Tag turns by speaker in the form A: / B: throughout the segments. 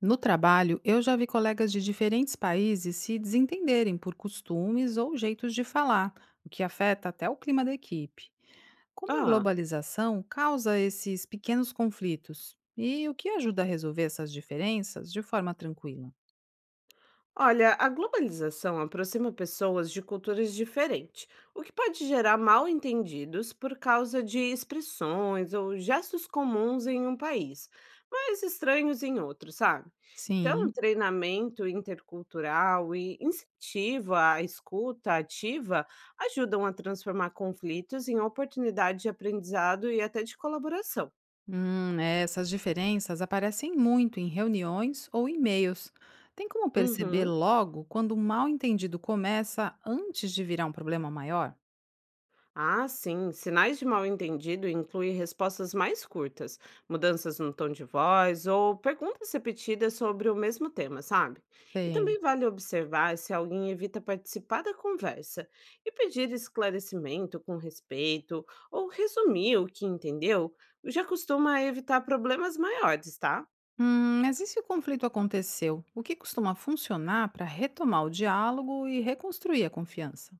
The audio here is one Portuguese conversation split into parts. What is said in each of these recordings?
A: No trabalho, eu já vi colegas de diferentes países se desentenderem por costumes ou jeitos de falar, o que afeta até o clima da equipe. Como a
B: Ah,
A: globalização causa esses pequenos conflitos? E o que ajuda a resolver essas diferenças de forma tranquila?
B: olha, a globalização aproxima pessoas de culturas diferentes, o que pode gerar mal-entendidos por causa de expressões ou gestos comuns em um país, mas estranhos em outro, sabe? Então,
A: Sim.
B: treinamento intercultural e incentivo à escuta ativa ajudam a transformar conflitos em oportunidade de aprendizado e até de colaboração.
A: Essas diferenças aparecem muito em reuniões ou e-mails. Tem como perceber
B: Uhum.
A: logo quando um mal entendido começa antes de virar um problema maior?
B: Ah, sim. Sinais de mal-entendido incluem respostas mais curtas, mudanças no tom de voz ou perguntas repetidas sobre o mesmo tema, sabe? E
A: Sei.
B: também vale observar se alguém evita participar da conversa e pedir esclarecimento com respeito ou resumir o que entendeu, já costuma evitar problemas maiores, tá?
A: Mas e se o conflito aconteceu? O que costuma funcionar para retomar o diálogo e reconstruir a confiança?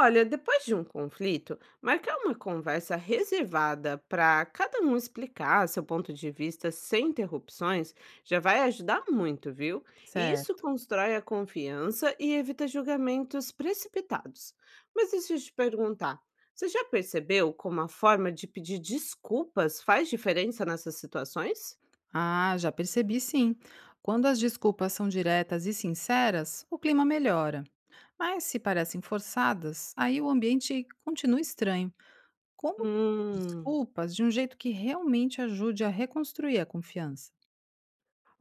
B: Olha, depois de um conflito, marcar uma conversa reservada para cada um explicar seu ponto de vista sem interrupções já vai ajudar muito, viu? E isso
A: Certo.
B: constrói a confiança e evita julgamentos precipitados. Mas deixa eu te perguntar, você já percebeu como a forma de pedir desculpas faz diferença nessas situações?
A: Ah, já percebi sim. Quando as desculpas são diretas e sinceras, o clima melhora. Mas se parecem forçadas, aí o ambiente continua estranho. Como
B: Hum.
A: desculpas de um jeito que realmente ajude a reconstruir a confiança?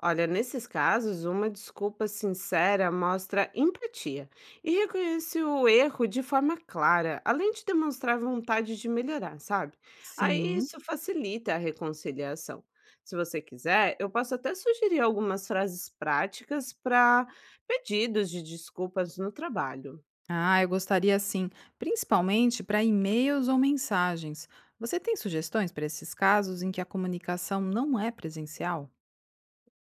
B: Olha, nesses casos, uma desculpa sincera mostra empatia e reconhece o erro de forma clara, além de demonstrar vontade de melhorar, sabe? Aí
A: Sim.
B: isso facilita a reconciliação. Se você quiser, eu posso até sugerir algumas frases práticas para pedidos de desculpas no trabalho.
A: Ah, eu gostaria sim, principalmente para e-mails ou mensagens. Você tem sugestões para esses casos em que a comunicação não é presencial?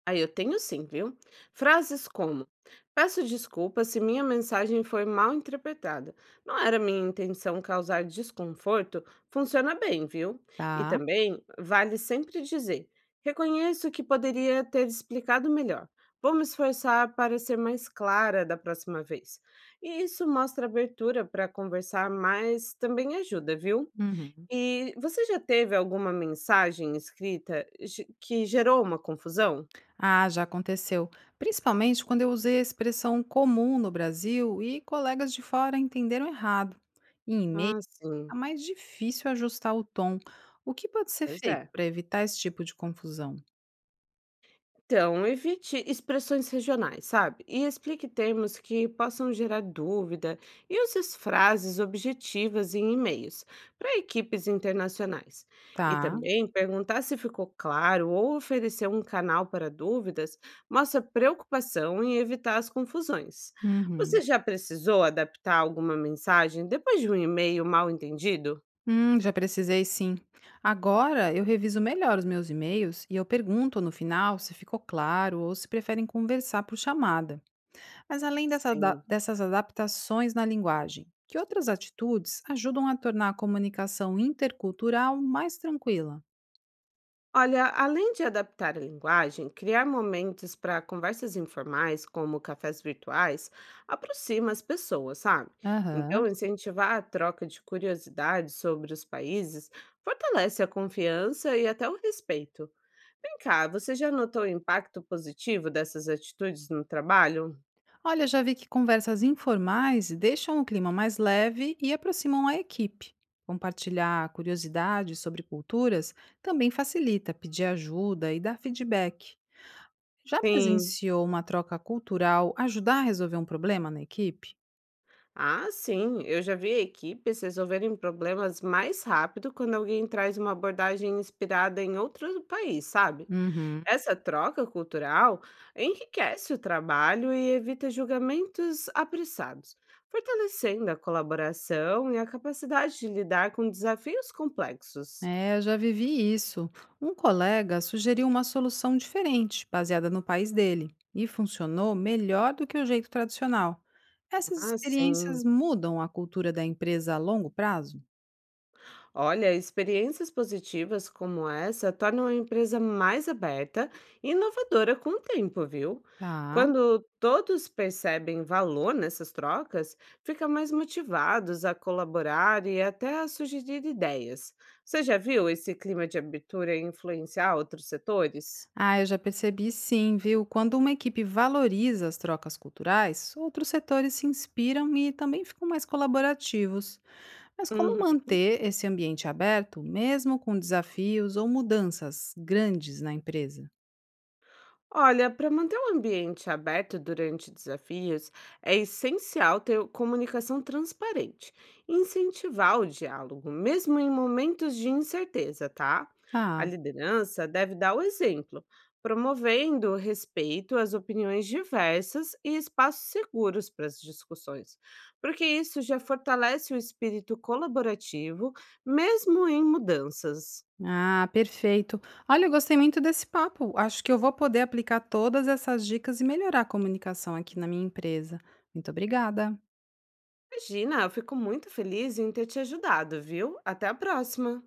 B: Aí eu tenho sim, viu? Frases como: Peço desculpa se minha mensagem foi mal interpretada. Não era minha intenção causar desconforto. Funciona bem, viu? E
A: Tá.
B: também vale sempre dizer: Reconheço que poderia ter explicado melhor. Vou me esforçar para ser mais clara da próxima vez. E isso mostra abertura para conversar, mas também ajuda, viu?
A: Uhum.
B: E você já teve alguma mensagem escrita que gerou uma confusão?
A: Ah, já aconteceu. Principalmente quando eu usei a expressão comum no Brasil e colegas de fora entenderam errado. Em e-mail
B: Ah,
A: é
B: sim.
A: mais difícil ajustar o tom. O que pode ser
B: Pois
A: feito
B: é.
A: para evitar esse tipo de confusão?
B: Então, evite expressões regionais, sabe? E explique termos que possam gerar dúvida e use as frases objetivas em e-mails para equipes internacionais. E
A: Tá.
B: também perguntar se ficou claro ou oferecer um canal para dúvidas mostra preocupação em evitar as confusões. Você
A: Uhum.
B: já precisou adaptar alguma mensagem depois de um e-mail mal entendido?
A: Já precisei sim. Agora eu reviso melhor os meus e-mails e eu pergunto no final se ficou claro ou se preferem conversar por chamada. Mas além dessa
B: Sim.
A: dessas adaptações na linguagem, que outras atitudes ajudam a tornar a comunicação intercultural mais tranquila?
B: Olha, além de adaptar a linguagem, criar momentos para conversas informais, como cafés virtuais, aproxima as pessoas, sabe?
A: Aham.
B: Então, incentivar a troca de curiosidades sobre os países fortalece a confiança e até o respeito. Vem cá, você já notou o impacto positivo dessas atitudes no trabalho?
A: Olha, já vi que conversas informais deixam o clima mais leve e aproximam a equipe. Compartilhar curiosidades sobre culturas também facilita pedir ajuda e dar feedback. Já
B: Sim.
A: presenciou uma troca cultural ajudar a resolver um problema na equipe?
B: Ah, sim, eu já vi equipes resolverem problemas mais rápido quando alguém traz uma abordagem inspirada em outro país, sabe?
A: Uhum.
B: Essa troca cultural enriquece o trabalho e evita julgamentos apressados, fortalecendo a colaboração e a capacidade de lidar com desafios complexos.
A: É, eu já vivi isso. Um colega sugeriu uma solução diferente, baseada no país dele, e funcionou melhor do que o jeito tradicional. Essas
B: Ah, sim.
A: experiências mudam a cultura da empresa a longo prazo?
B: Olha, experiências positivas como essa tornam a empresa mais aberta e inovadora com o tempo, viu?
A: Tá.
B: Quando todos percebem valor nessas trocas, ficam mais motivados a colaborar e até a sugerir ideias. Você já viu esse clima de abertura influenciar outros setores?
A: Ah, eu já percebi sim, viu? Quando uma equipe valoriza as trocas culturais, outros setores se inspiram e também ficam mais colaborativos. Mas como manter esse ambiente aberto, mesmo com desafios ou mudanças grandes na empresa?
B: Olha, para manter o ambiente aberto durante desafios, é essencial ter comunicação transparente e incentivar o diálogo, mesmo em momentos de incerteza, tá? A
A: Ah,
B: liderança deve dar o exemplo, promovendo respeito às opiniões diversas e espaços seguros para as discussões, porque isso já fortalece o espírito colaborativo, mesmo em mudanças.
A: ah, perfeito. Olha, eu gostei muito desse papo. Acho que eu vou poder aplicar todas essas dicas e melhorar a comunicação aqui na minha empresa. Muito obrigada.
B: Imagina, eu fico muito feliz em ter te ajudado, viu? Até a próxima!